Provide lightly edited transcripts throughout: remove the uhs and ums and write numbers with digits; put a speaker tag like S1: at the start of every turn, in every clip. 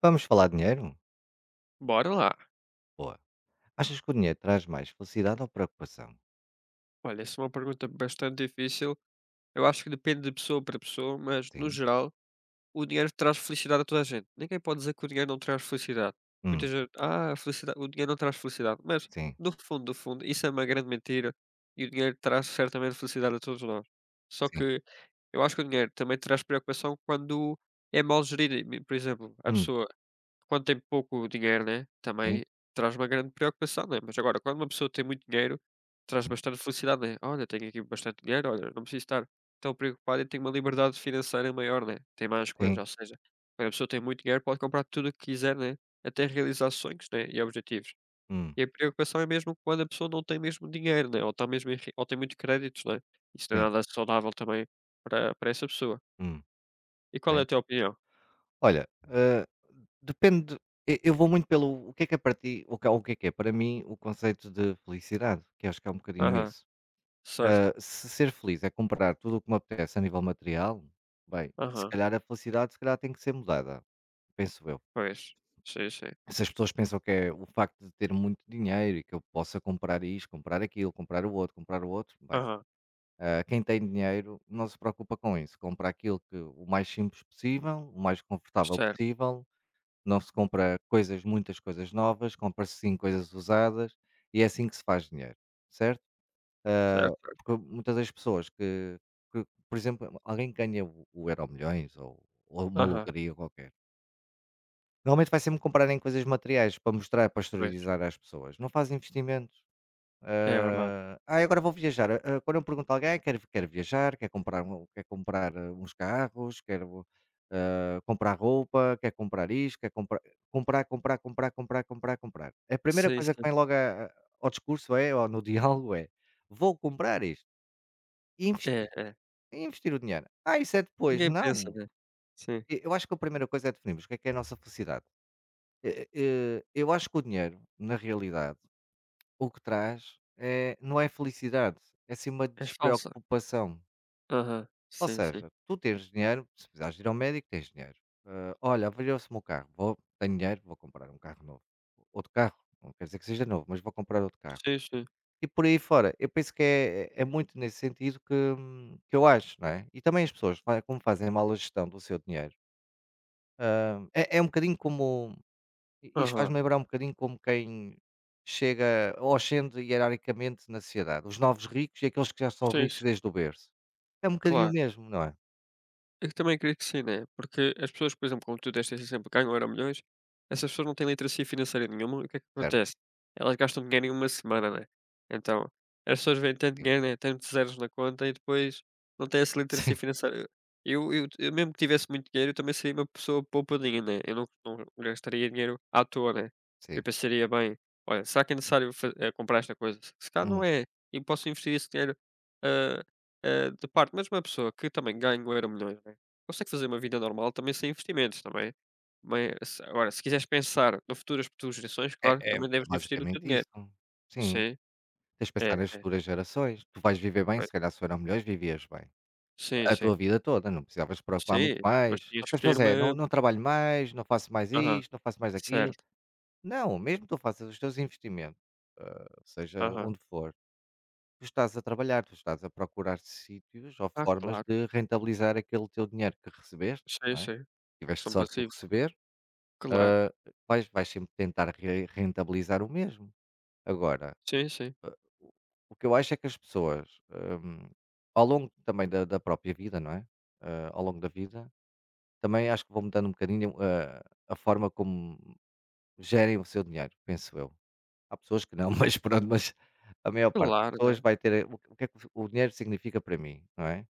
S1: Vamos falar de dinheiro?
S2: Bora lá.
S1: Boa. Achas que o dinheiro traz mais felicidade ou preocupação?
S2: Olha, essa é uma pergunta bastante difícil. Eu acho que depende de pessoa para pessoa, mas no
S1: Sim.
S2: geral, o dinheiro traz felicidade a toda a gente. Ninguém pode dizer que o dinheiro não traz felicidade. Muita
S1: Hum.
S2: gente, a felicidade, o dinheiro não traz felicidade. Mas,
S1: Sim.
S2: no fundo, do fundo, isso é uma grande mentira e o dinheiro traz certamente felicidade a todos nós. Só
S1: Sim.
S2: que eu acho que o dinheiro também traz preocupação quando é mal gerido. Por exemplo, a
S1: Hum.
S2: pessoa Quando tem pouco dinheiro, né,
S1: Sim.
S2: também traz uma grande preocupação, né, mas agora quando uma pessoa tem muito dinheiro, traz
S1: Sim.
S2: bastante felicidade, né. "Olha, tenho aqui bastante dinheiro, olha, não preciso estar tão preocupado e tenho uma liberdade financeira maior", né, tem mais coisas,
S1: Sim.
S2: ou seja, quando a pessoa tem muito dinheiro pode comprar tudo o que quiser, né, até realizar sonhos, né, e objetivos.
S1: Hum.
S2: E a preocupação é mesmo quando a pessoa não tem mesmo dinheiro, né, ou está mesmo enri ou tem muitos créditos, né, isso não é
S1: Sim.
S2: nada saudável também para essa pessoa.
S1: Hum.
S2: E qual é
S1: Ok.
S2: a tua opinião?
S1: Olha, depende. Eu vou muito pelo o que é para ti, o que é para mim o conceito de felicidade, que acho que é um bocadinho
S2: Aham,
S1: isso.
S2: certo.
S1: Se ser feliz é comprar tudo o que me apetece a nível material, bem, se
S2: Aham,
S1: calhar a felicidade se calhar tem que ser mudada, penso eu.
S2: pois. Sim, sim.
S1: Se as pessoas pensam que é o facto de ter muito dinheiro e que eu possa comprar isto, comprar aquilo, comprar o outro, bem,
S2: Aham.
S1: quem tem dinheiro não se preocupa com isso. Compra aquilo que o mais simples possível, o mais confortável
S2: Certo,
S1: possível, não se compra coisas, muitas coisas novas, compra-se sim coisas usadas e é assim que se faz dinheiro, certo?
S2: certo, certo.
S1: Porque muitas das pessoas que, por exemplo, alguém ganha o Euro Milhões ou uma
S2: Aham,
S1: lotaria qualquer. Normalmente vai sempre comprar em coisas materiais para mostrar, para
S2: pois,
S1: exteriorizar às pessoas. Não faz investimentos.
S2: é verdade.
S1: Ah, "Ai, agora vou viajar." Quando eu pergunto a alguém, quer viajar, quer comprar uns carros, quer comprar roupa, quer comprar isto, quer comprar, comprar, comprar, comprar, comprar, comprar, comprar. A primeira
S2: Sim,
S1: coisa que
S2: sim.
S1: vem logo ao discurso é, ou no diálogo é, vou comprar isto e
S2: É,
S1: investir.
S2: é.
S1: E investir o dinheiro. Ah, isso é depois.
S2: Ninguém pensa,
S1: Não.
S2: né. Sim.
S1: Eu acho que a primeira coisa é definirmos o que é a nossa felicidade. Eu acho que o dinheiro, na realidade, o que traz é não é felicidade, é sim uma
S2: É falsa.
S1: despreocupação.
S2: Aham.
S1: Ou
S2: Sim, sim.
S1: seja, tu tens dinheiro, se precisares ir ao médico, tens dinheiro. Olha, avaliou-se o meu carro, vou, tenho dinheiro, vou comprar um carro novo. Outro carro, não quer dizer que seja novo, mas vou comprar outro carro.
S2: Sim, sim.
S1: E por aí fora, eu penso que é, é muito nesse sentido que eu acho, não é? E também as pessoas, como fazem a mala gestão do seu dinheiro, é um bocadinho como I isto
S2: Aham.
S1: faz-me lembrar um bocadinho como quem chega ou ascende hierarquicamente na sociedade, os novos ricos e aqueles que já são
S2: Sim,
S1: ricos
S2: sim.
S1: desde o berço. É um bocadinho o
S2: Claro.
S1: mesmo, não é?
S2: Eu também acredito que sim, né? Porque as pessoas, por exemplo, como tu deste esse exemplo, ganham euro milhões, essas pessoas não têm literacia financeira nenhuma, e o que é que
S1: Certo,
S2: acontece? Elas gastam dinheiro em uma semana, né? Então, as pessoas veem tanto
S1: sim.
S2: dinheiro, né? Tantos zeros na conta e depois não têm essa
S1: Sim,
S2: literacia financeira. Eu mesmo que tivesse muito dinheiro, eu também seria uma pessoa poupadinha, né? Eu não gastaria dinheiro à toa, né?
S1: sim.
S2: Eu pensaria bem, olha, será que é necessário comprar esta coisa? Se calhar não
S1: Hum.
S2: é, e posso investir esse dinheiro ah, de parte, mas uma pessoa que também ganha o Euromilhões, né, consegue fazer uma vida normal também sem investimentos, também. Mas se agora, se quiseres pensar no futuro das tuas gerações,
S1: É
S2: claro,
S1: é
S2: também
S1: é
S2: deves investir o teu
S1: basicamente isso.
S2: dinheiro.
S1: Sim,
S2: Sim,
S1: tens de pensar
S2: é,
S1: nas
S2: é,
S1: futuras gerações. Tu vais viver bem,
S2: pois.
S1: se calhar se eram melhores, vivias bem.
S2: Sim,
S1: A tua
S2: sim.
S1: vida toda, não precisavas te preocupar
S2: Sim,
S1: muito
S2: mas
S1: mais. O
S2: tinhas
S1: que
S2: que
S1: as
S2: ter
S1: pessoas é: "Não
S2: uma.
S1: não trabalho mais, não faço mais
S2: Aham,
S1: isto, não faço mais aquilo".
S2: certo.
S1: Não, mesmo tu faças os teus investimentos, seja
S2: Aham.
S1: onde for tu estás a trabalhar, tu estás a procurar sítios ou
S2: Ah,
S1: formas
S2: claro.
S1: de rentabilizar aquele teu dinheiro que recebeste,
S2: Sim,
S1: não é?
S2: sim.
S1: Tiveste
S2: São
S1: sorte de o
S2: passivos.
S1: receber,
S2: Claro.
S1: ah, vais sempre tentar rentabilizar o mesmo. Agora,
S2: Sim, sim.
S1: o o que eu acho é que as pessoas, ao longo também da própria vida, não é? Ah, ao longo da vida, também acho que vão mudando um bocadinho a forma como gerem o seu dinheiro, penso eu. Há pessoas que não, mas pronto, mas a maior parte das
S2: Claro,
S1: pessoas
S2: né.
S1: vai ter. O que é que o dinheiro significa para mim, não é?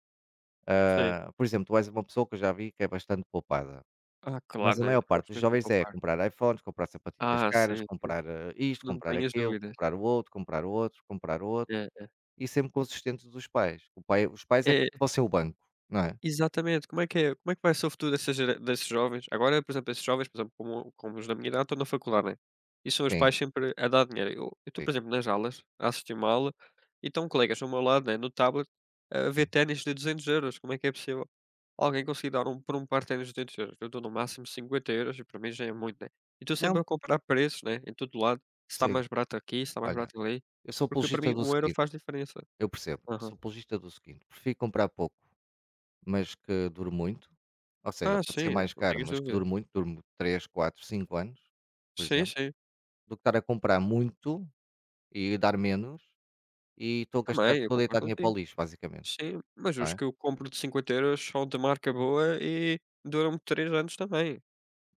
S2: Sim.
S1: Ah, por exemplo, tu és uma pessoa que eu já vi que é bastante poupada,
S2: Ah, claro,
S1: mas a
S2: né.
S1: maior
S2: Eu
S1: parte
S2: gosto
S1: dos
S2: mesmo de
S1: jovens é
S2: poupar.
S1: comprar iPhones, comprar sapatilhas
S2: Ah,
S1: caras,
S2: sim, sim.
S1: comprar, isto,
S2: Não
S1: comprar
S2: tenhas
S1: aquilo,
S2: dúvidas.
S1: comprar o outro, comprar o outro, comprar o outro,
S2: É, é.
S1: e sempre consistentes dos pais. O pai, os pais é que
S2: É.
S1: vão ser o banco, não é?
S2: Exatamente. Como é que vai ser o futuro dessas gera desses jovens? Agora, por exemplo, esses jovens, por exemplo, como os da minha idade, estão na faculdade, né, e são os
S1: Sim,
S2: pais sempre a dar dinheiro. Eu estou, por
S1: sim,
S2: exemplo, nas aulas, a assistir uma aula, e estão colegas ao meu lado, né, no tablet, a ver
S1: sim.
S2: ténis de 200 €. Como é que é possível alguém conseguir dar um por um par de ténis de 200 €? Eu dou no máximo 50 € e para mim já é muito, né. E estou
S1: Não,
S2: sempre a comparar preços, né, em todo lado, se está
S1: sim,
S2: mais barato aqui, se está mais
S1: olha,
S2: barato ali,
S1: eu sou
S2: porque para
S1: apologista
S2: mim
S1: do
S2: 1 €
S1: seguinte,
S2: faz diferença.
S1: eu percebo, eu
S2: Aham.
S1: sou apologista do seguinte, prefiro comprar pouco, mas que dure muito, ou seja,
S2: Ah,
S1: pode ser
S2: sim,
S1: mais
S2: não
S1: caro,
S2: tenhas
S1: mas que dure
S2: dúvidas.
S1: muito, dure 3, 4, 5 anos, por
S2: Sim,
S1: exemplo,
S2: sim.
S1: do que estar a comprar muito e dar menos, e
S2: Também, eu
S1: estou a
S2: concordo
S1: deitar dinheiro para o
S2: contigo.
S1: lixo basicamente,
S2: Sim, mas
S1: não
S2: os
S1: é?
S2: que eu compro de 50 € são de marca boa e duram-me 3 anos também.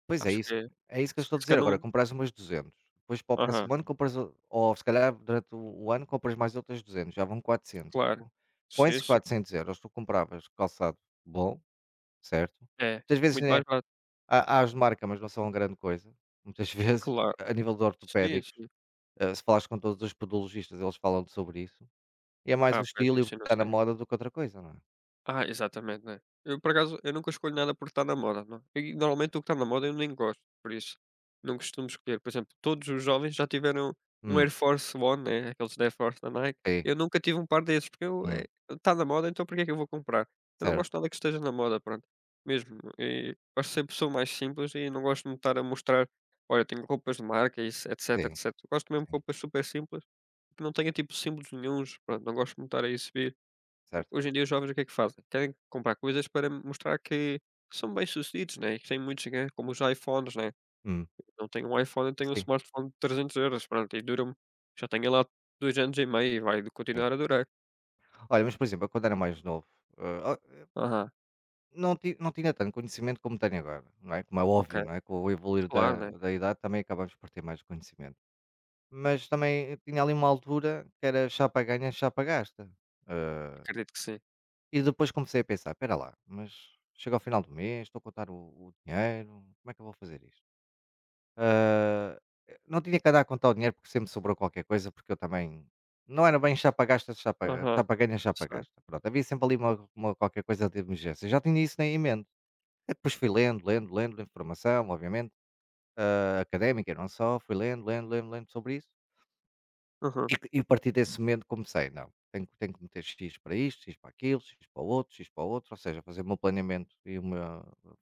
S1: Pois é
S2: Acho
S1: isso
S2: que é
S1: é isso que eu
S2: se
S1: estou a
S2: se
S1: dizer
S2: cada
S1: agora,
S2: um.
S1: compras umas 200 depois para o
S2: Aham,
S1: próximo ano compras o ou se calhar durante o ano compras mais outras 200 já vão 400.
S2: claro.
S1: Co Com
S2: Sim,
S1: esses
S2: sim.
S1: 400€ tu compravas calçado bom, certo?
S2: É,
S1: Muitas vezes,
S2: muito
S1: né,
S2: mais barato.
S1: há os de marca, mas não são grande coisa, muitas vezes,
S2: Claro.
S1: a nível de
S2: Sim,
S1: ortopédicos,
S2: sim.
S1: se falares com todos os podologistas eles falam sobre isso, e é mais o
S2: Ah, pois
S1: estilo e o que
S2: isso eu não
S1: está na
S2: sei.
S1: moda do que outra coisa, não é?
S2: Ah, exatamente, né. Eu por acaso, eu nunca escolho nada por estar na moda, não. E normalmente o que está na moda eu nem gosto, por isso, não costumo escolher. Por exemplo, todos os jovens já tiveram um
S1: Hum,
S2: Air Force One, né, aqueles da Air Force da Nike.
S1: sim,
S2: Eu nunca tive um par desses, porque eu,
S1: hum,
S2: está na moda, então por que é que eu vou comprar? Eu não
S1: certo.
S2: gosto de nada que esteja na moda, pronto, mesmo. E gosto de ser pessoa mais simples e não gosto de me estar a mostrar: "Olha, tenho roupas de marca", e isso, etc.
S1: Sim,
S2: etcétera. Gosto mesmo de
S1: sim,
S2: roupas super simples, que não tenha tipo símbolos nenhuns, pronto, não gosto de me estar a exibir.
S1: certo.
S2: Hoje em dia os jovens o que é que fazem? Querem comprar coisas para mostrar que são bem-sucedidos, né, e que têm muitos ganhos, como os iPhones, né.
S1: Hum,
S2: Não tenho um iPhone, eu tenho um
S1: sim,
S2: smartphone de 300 €, pronto, e dura-me, já tenho lá 2 anos e meio e vai
S1: sim.
S2: continuar a durar.
S1: Olha, mas por exemplo, eu quando era mais novo, ah, ah,
S2: Aham,
S1: não, não tinha tanto conhecimento como tenho agora, não é? Como é
S2: ok,
S1: óbvio, não é? Com o evoluir
S2: claro,
S1: da,
S2: né,
S1: da idade também acabamos por ter mais conhecimento. Mas também tinha ali uma altura que era chapa ganha, chapa gasta. Ah,
S2: acredito que sim.
S1: e depois comecei a pensar, espera lá, mas chega ao final do mês, estou a contar o dinheiro, como é que eu vou fazer isto? Ah, não tinha que andar a contar o dinheiro porque sempre sobrou qualquer coisa, porque eu também não era bem chapa gasta,
S2: Aham,
S1: chapa ganha, chapa
S2: sim.
S1: gasta. Pronto, havia sempre ali uma qualquer coisa de emergência. Já tinha isso em mente. E depois fui lendo, lendo, lendo, lendo informação, obviamente, académica e não só, fui lendo, lendo, lendo, lendo sobre isso.
S2: Aham,
S1: E a partir desse momento comecei, não, tenho que meter X para isto, X para aquilo, X para o outro, X para o outro, ou seja, fazer o meu planeamento e o meu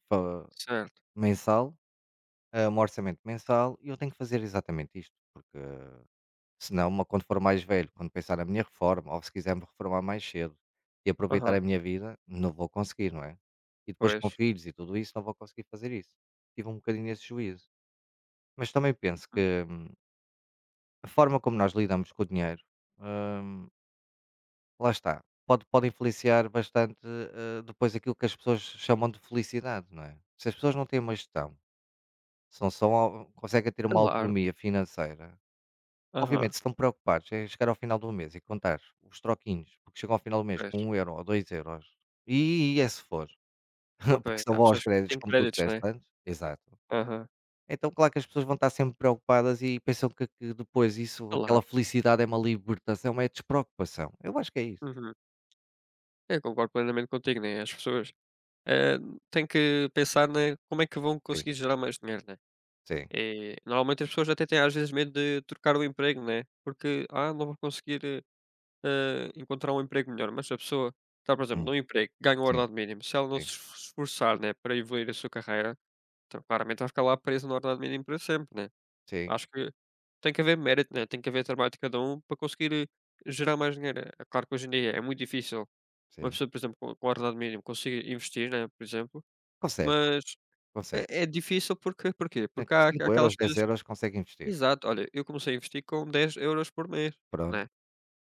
S1: fa-
S2: certo.
S1: mensal, o meu orçamento mensal, e eu tenho que fazer exatamente isto, porque se não, uma quando for mais velho, quando pensar na minha reforma, ou se quiser me reformar mais cedo e aproveitar
S2: Aham,
S1: a minha vida, não vou conseguir, não é? E depois com
S2: pois.
S1: filhos e tudo isso, não vou conseguir fazer isso. Tive um bocadinho esse juízo. Mas também penso
S2: Hum,
S1: que a forma como nós lidamos com o dinheiro, hum, lá está, pode influenciar bastante depois aquilo que as pessoas chamam de felicidade, não é? Se as pessoas não têm uma gestão, se não são, conseguem ter uma
S2: claro.
S1: autonomia financeira, obviamente,
S2: Aham,
S1: se estão preocupados é chegar ao final do mês e contar os troquinhos, porque chegam ao final do mês
S2: pois,
S1: com 1€, ou 2€ e é se for, porque
S2: pois.
S1: são
S2: Há
S1: bons
S2: pessoas que
S1: créditos,
S2: têm
S1: como tu
S2: créditos,
S1: disseste
S2: né.
S1: antes. Exato.
S2: Aham,
S1: Então, claro que as pessoas vão estar sempre preocupadas e pensam que depois isso
S2: claro.
S1: aquela felicidade é uma libertação, é despreocupação. Eu acho que é isso.
S2: Uhum. Eu concordo plenamente contigo, né, as pessoas Eh, tem que pensar, né, como é que vão
S1: Sim,
S2: conseguir gerar mais dinheiro, né?
S1: sim.
S2: Normalmente as pessoas até têm às vezes medo de trocar o emprego, né? Porque, não vou conseguir encontrar um emprego melhor. Mas se a pessoa está, por exemplo,
S1: Hum,
S2: num emprego, ganha o
S1: sim,
S2: ordenado mínimo. Se ela não se
S1: sim,
S2: esforçar, né, para evoluir a sua carreira, então claramente vai ficar lá presa no ordenado mínimo para sempre, né?
S1: sim,
S2: Acho que tem que haver mérito, né? Tem que haver trabalho de cada um para conseguir gerar mais dinheiro. É claro que hoje em dia é muito difícil uma
S1: sim.
S2: pessoa, por exemplo, com ordenado mínimo conseguir investir, né, por exemplo,
S1: Consegue,
S2: mas
S1: consegue.
S2: é difícil porque porquê? Porque há
S1: 5€,
S2: aquelas
S1: dez
S2: coisas.
S1: euros consegue investir.
S2: Exato, olha, eu comecei a investir com 10 € por mês,
S1: Pronto,
S2: né.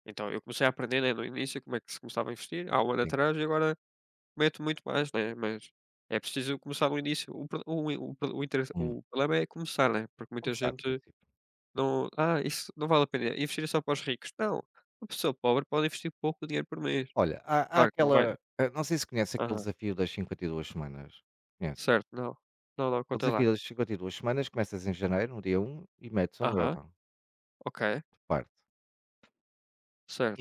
S2: Então eu comecei a aprender, né, no início como é que se começava a investir, há um ano
S1: sim.
S2: atrás e agora meto muito mais, né, mas é preciso começar no início. O pro o o pro o interesse
S1: Hum,
S2: o problema é começar, né, porque
S1: como
S2: muita
S1: sabe.
S2: gente não: "Ah, isso não vale a pena, investir é só para os ricos". Não, uma pessoa pobre pode investir pouco dinheiro por mês.
S1: Olha, há
S2: Claro que não vai.
S1: aquela não sei se conhece aquele
S2: Aham,
S1: desafio das 52 semanas. Conheces?
S2: certo, não. Não, não,
S1: O
S2: conta lá.
S1: desafio das 52 semanas começas em janeiro, no dia 1, e metes um
S2: Aham,
S1: euro
S2: ok,
S1: de parte.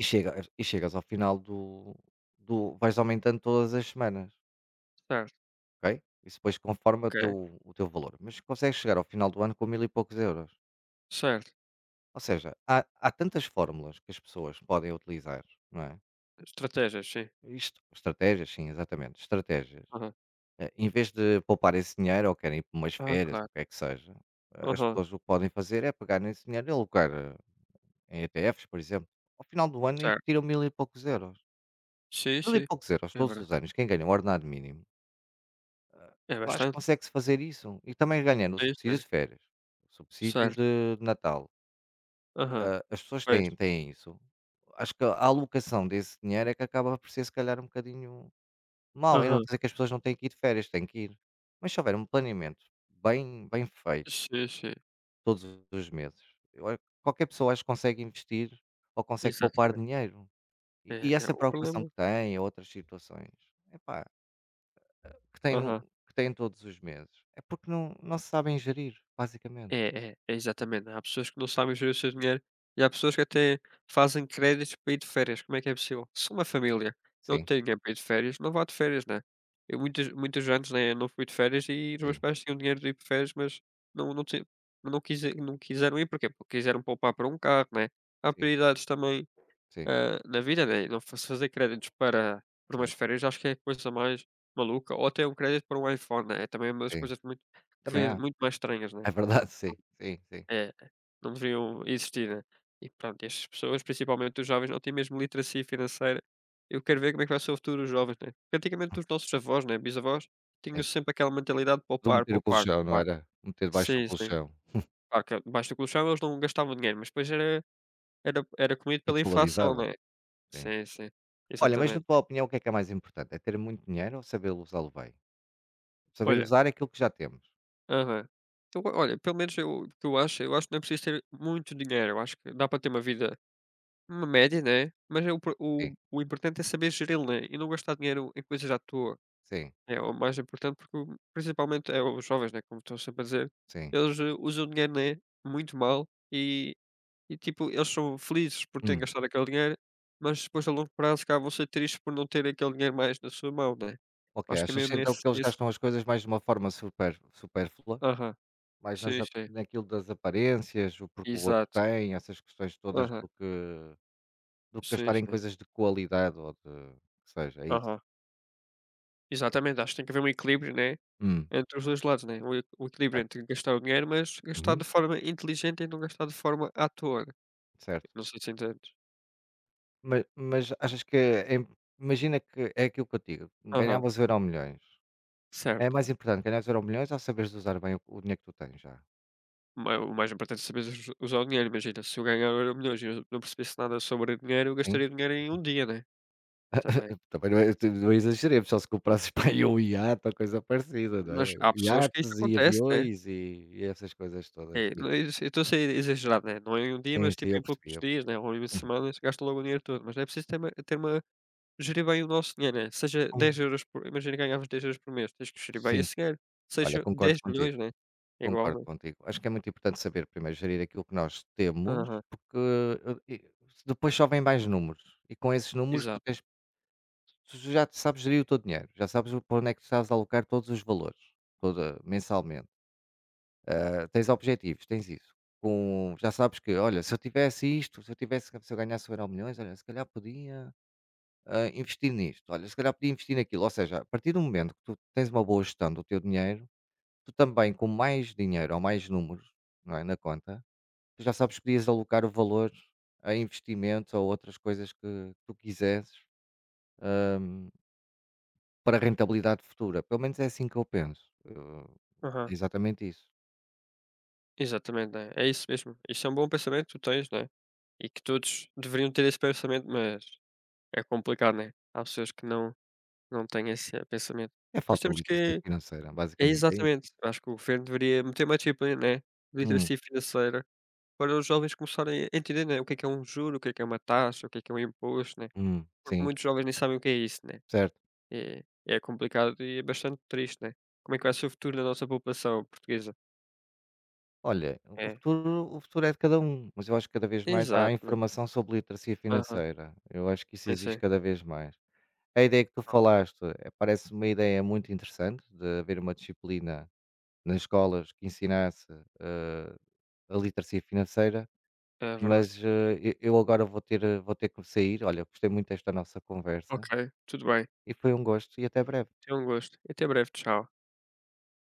S1: E chegas ao final do do vais aumentando todas as semanas,
S2: certo,
S1: ok? Isso depois conforme o
S2: ok,
S1: teu o teu valor, mas consegues chegar ao final do ano com mil e poucos euros.
S2: certo.
S1: Ou seja, há tantas fórmulas que as pessoas podem utilizar, não é?
S2: Estratégias, sim.
S1: Isto estratégias, sim, exatamente, estratégias.
S2: Aham.
S1: Em vez de poupar esse dinheiro ou querem ir para umas
S2: Ah,
S1: férias, o
S2: claro.
S1: que é que seja, as
S2: Aham.
S1: pessoas o que podem fazer é pegar nesse dinheiro e alocar em ETFs, por exemplo. Ao final do ano
S2: Certo.
S1: investiram mil e poucos euros.
S2: Sim,
S1: Mil e
S2: sim.
S1: poucos euros
S2: É
S1: todos os
S2: verdade.
S1: anos, quem ganha um ordenado mínimo,
S2: É
S1: eu acho que
S2: bastante.
S1: consegue-se fazer isso. E também ganhando o
S2: Sim,
S1: subsídio
S2: sim.
S1: de férias, o subsídio
S2: Certo.
S1: de Natal.
S2: Aham.
S1: As pessoas têm,
S2: Pois.
S1: têm isso. Acho que a alocação desse dinheiro é que acaba por ser se calhar um bocadinho mal, eu não
S2: Aham.
S1: dizer que as pessoas não têm que ir de férias, têm que ir. Mas se houver um planeamento bem, bem feito.
S2: Sim, sim.
S1: Todos os meses. Eu A qualquer pessoa acho que consegue investir ou consegue poupar
S2: Exatamente.
S1: dinheiro. E
S2: É
S1: e
S2: é
S1: essa
S2: o
S1: preocupação
S2: problema.
S1: que tem ou outras situações, epá, que tem no
S2: Aham.
S1: que tem todos os meses, é porque não se sabem gerir, basicamente.
S2: É, é, é exatamente. Há pessoas que não sabem gerir o seu dinheiro e há pessoas que até fazem créditos para ir de férias. Como é que é possível? Se uma família não
S1: Sim,
S2: tem dinheiro para ir de férias, não vá de férias, né? Eu muitos, muitos anos, né, não fui de férias e os meus
S1: sim,
S2: pais tinham dinheiro de ir de férias, mas não, não, ti- não quiseram ir. Porquê? Porque quiseram poupar para um carro, né? Há
S1: sim,
S2: prioridades também,
S1: sim,
S2: na vida, né? E não fazer créditos para
S1: sim,
S2: umas férias acho que é a coisa mais maluca. Ou até um crédito para um iPhone, né? É também uma das
S1: sim.
S2: coisas muito,
S1: Também há.
S2: muito mais estranhas, né?
S1: É verdade, sim, sim, sim,
S2: É, não deveriam existir, né. E pronto, e estas pessoas, principalmente os jovens, não têm mesmo literacia financeira. Eu quero ver como é que vai ser o futuro dos jovens, né. Porque antigamente os nossos avós, né, bisavós, tinham
S1: sim.
S2: sempre aquela mentalidade de
S1: Do
S2: poupar,
S1: meter o
S2: poupar,
S1: colchão, não
S2: poupar.
S1: era? Meter debaixo do
S2: Sim, sim.
S1: colchão.
S2: Claro que debaixo do colchão eles não gastavam dinheiro, mas depois era comido
S1: E
S2: pela inflação,
S1: desvalorizava,
S2: né.
S1: sim.
S2: Sim, sim,
S1: Olha, mas na
S2: exatamente.
S1: tua opinião o que é mais importante? É ter muito dinheiro ou saber usá-lo bem? Saber
S2: Olha.
S1: usar aquilo que já temos.
S2: Aham. Então, olha, pelo menos eu o que eu acho que não é preciso ter muito dinheiro, eu acho que dá para ter uma vida. Uma média, né, mas é o pro
S1: Sim,
S2: o importante é saber geri-lo, né, e não gastar dinheiro em coisas à toa.
S1: sim.
S2: É o mais importante, porque o principalmente é os jovens, né, como estou sempre a dizer,
S1: Sim.
S2: eles, usam o dinheiro, né, muito mal e tipo, eles são felizes por terem
S1: Hum,
S2: gastado aquele dinheiro, mas depois a longo prazo, se calhar, vão ser tristes por não terem aquele dinheiro mais na sua mão, né.
S1: ok.
S2: Acho que é
S1: Achas
S2: mesmo
S1: então
S2: esse
S1: que eles
S2: esse
S1: gastam as coisas mais de uma forma super supérflua,
S2: Aham,
S1: mais nas
S2: sim,
S1: a
S2: sim,
S1: naquilo das aparências, o porque o outro
S2: exato.
S1: tem, essas questões todas
S2: Aham,
S1: do que
S2: sim,
S1: gastar em
S2: sim.
S1: coisas de qualidade ou de que seja, é isso?
S2: Aham. Exatamente, acho que tem que haver um equilíbrio, né.
S1: Hum,
S2: Entre os 2 lados, né, o equilíbrio
S1: certo.
S2: entre gastar o dinheiro, mas gastar de
S1: Uhum,
S2: forma inteligente e não gastar de forma à toa.
S1: certo.
S2: Não sei se entendes.
S1: Mas achas que em imagina que é aquilo que eu te digo,
S2: Aham,
S1: ganhavas euro milhões. É
S2: certo.
S1: mais importante ganhares milhões ou saberes usar bem o dinheiro que tu tens já?
S2: Ma o mais importante é saberes us usar o dinheiro, imagina, se eu ganhar euro milhões e eu não percebesse nada sobre dinheiro, eu
S1: Sim?
S2: gastaria dinheiro em um dia, né, também.
S1: Também não é, não exageremos, só se comprasses para aí um iate ou coisa parecida, não
S2: Mas
S1: é?
S2: há pessoas que isso
S1: Iates e
S2: acontece, né.
S1: aviões e essas coisas todas.
S2: É,
S1: Sim,
S2: não é eu estou a ser exagerado, né, não é em um dia,
S1: sim,
S2: mas
S1: sim,
S2: tipo
S1: eu
S2: em
S1: percebi,
S2: poucos
S1: eu
S2: dias,
S1: percebi.
S2: né, ou em
S1: Uhum.
S2: semanas, gastam logo o dinheiro todo, mas é preciso ter uma gerir bem o nosso dinheiro, né, seja 10
S1: Hum,
S2: euros por imagina, ganhavas 10 € por mês, tens que gerir bem
S1: sim,
S2: esse dinheiro,
S1: olha,
S2: seja
S1: concordo
S2: dez
S1: contigo,
S2: milhões né, é igual,
S1: concordo
S2: né.
S1: contigo. Acho que é muito importante saber primeiro gerir aquilo que nós temos,
S2: Aham,
S1: porque, e depois só vêm mais números e com esses números
S2: exato.
S1: tu já sabes gerir o teu dinheiro, já sabes o para onde é que tu estás a alocar todos os valores, toda mensalmente. Tens objetivos, tens isso. Já sabes que, olha, se eu tivesse isto, se eu tivesse, se eu ganhasse o milhões, olha, se calhar podia investir nisto, olha, se calhar podia investir naquilo. Ou seja, a partir do momento que tu tens uma boa gestão do teu dinheiro, tu também com mais dinheiro ou mais números não é, na conta, tu já sabes que podias alocar o valor a investimentos ou outras coisas que tu quiseres para rentabilidade futura. Pelo menos é assim que eu penso. É
S2: Aham,
S1: exatamente isso.
S2: exatamente, né, é isso mesmo. Isso é um bom pensamento que tu tens, né, e que todos deveriam ter esse pensamento, mas é complicado, né, há pessoas que não têm esse pensamento.
S1: É
S2: Mas
S1: falta de
S2: temos
S1: literacia
S2: que.
S1: financeira,
S2: É
S1: basicamente é
S2: exatamente, acho que o governo deveria meter uma disciplina, né,
S1: isso.
S2: literacia financeira, para os jovens começarem a entender, né, o que é um juro, o que é uma taxa, o que é um imposto, né. Porque
S1: Sim,
S2: muitos jovens nem sabem o que é isso, né.
S1: certo.
S2: é é complicado e é bastante triste, né. Como é que vai ser o futuro da nossa população portuguesa?
S1: Olha, o
S2: É,
S1: futuro o futuro é de cada um, mas eu acho que cada vez mais há
S2: exato, né.
S1: informação sobre literacia
S2: Aham,
S1: financeira. Eu acho que isso
S2: sim,
S1: existe
S2: sim,
S1: cada vez mais. A ideia que tu falaste, parece-me uma ideia muito interessante de haver uma disciplina nas escolas que ensinasse, eh, a literacia financeira,
S2: é verdade.
S1: mas, e eu agora vou ter que sair. Olha, gostei muito desta nossa
S2: Ok,
S1: conversa
S2: tudo bem,
S1: e foi um gosto e até breve.
S2: foi um gosto e até breve, tchau.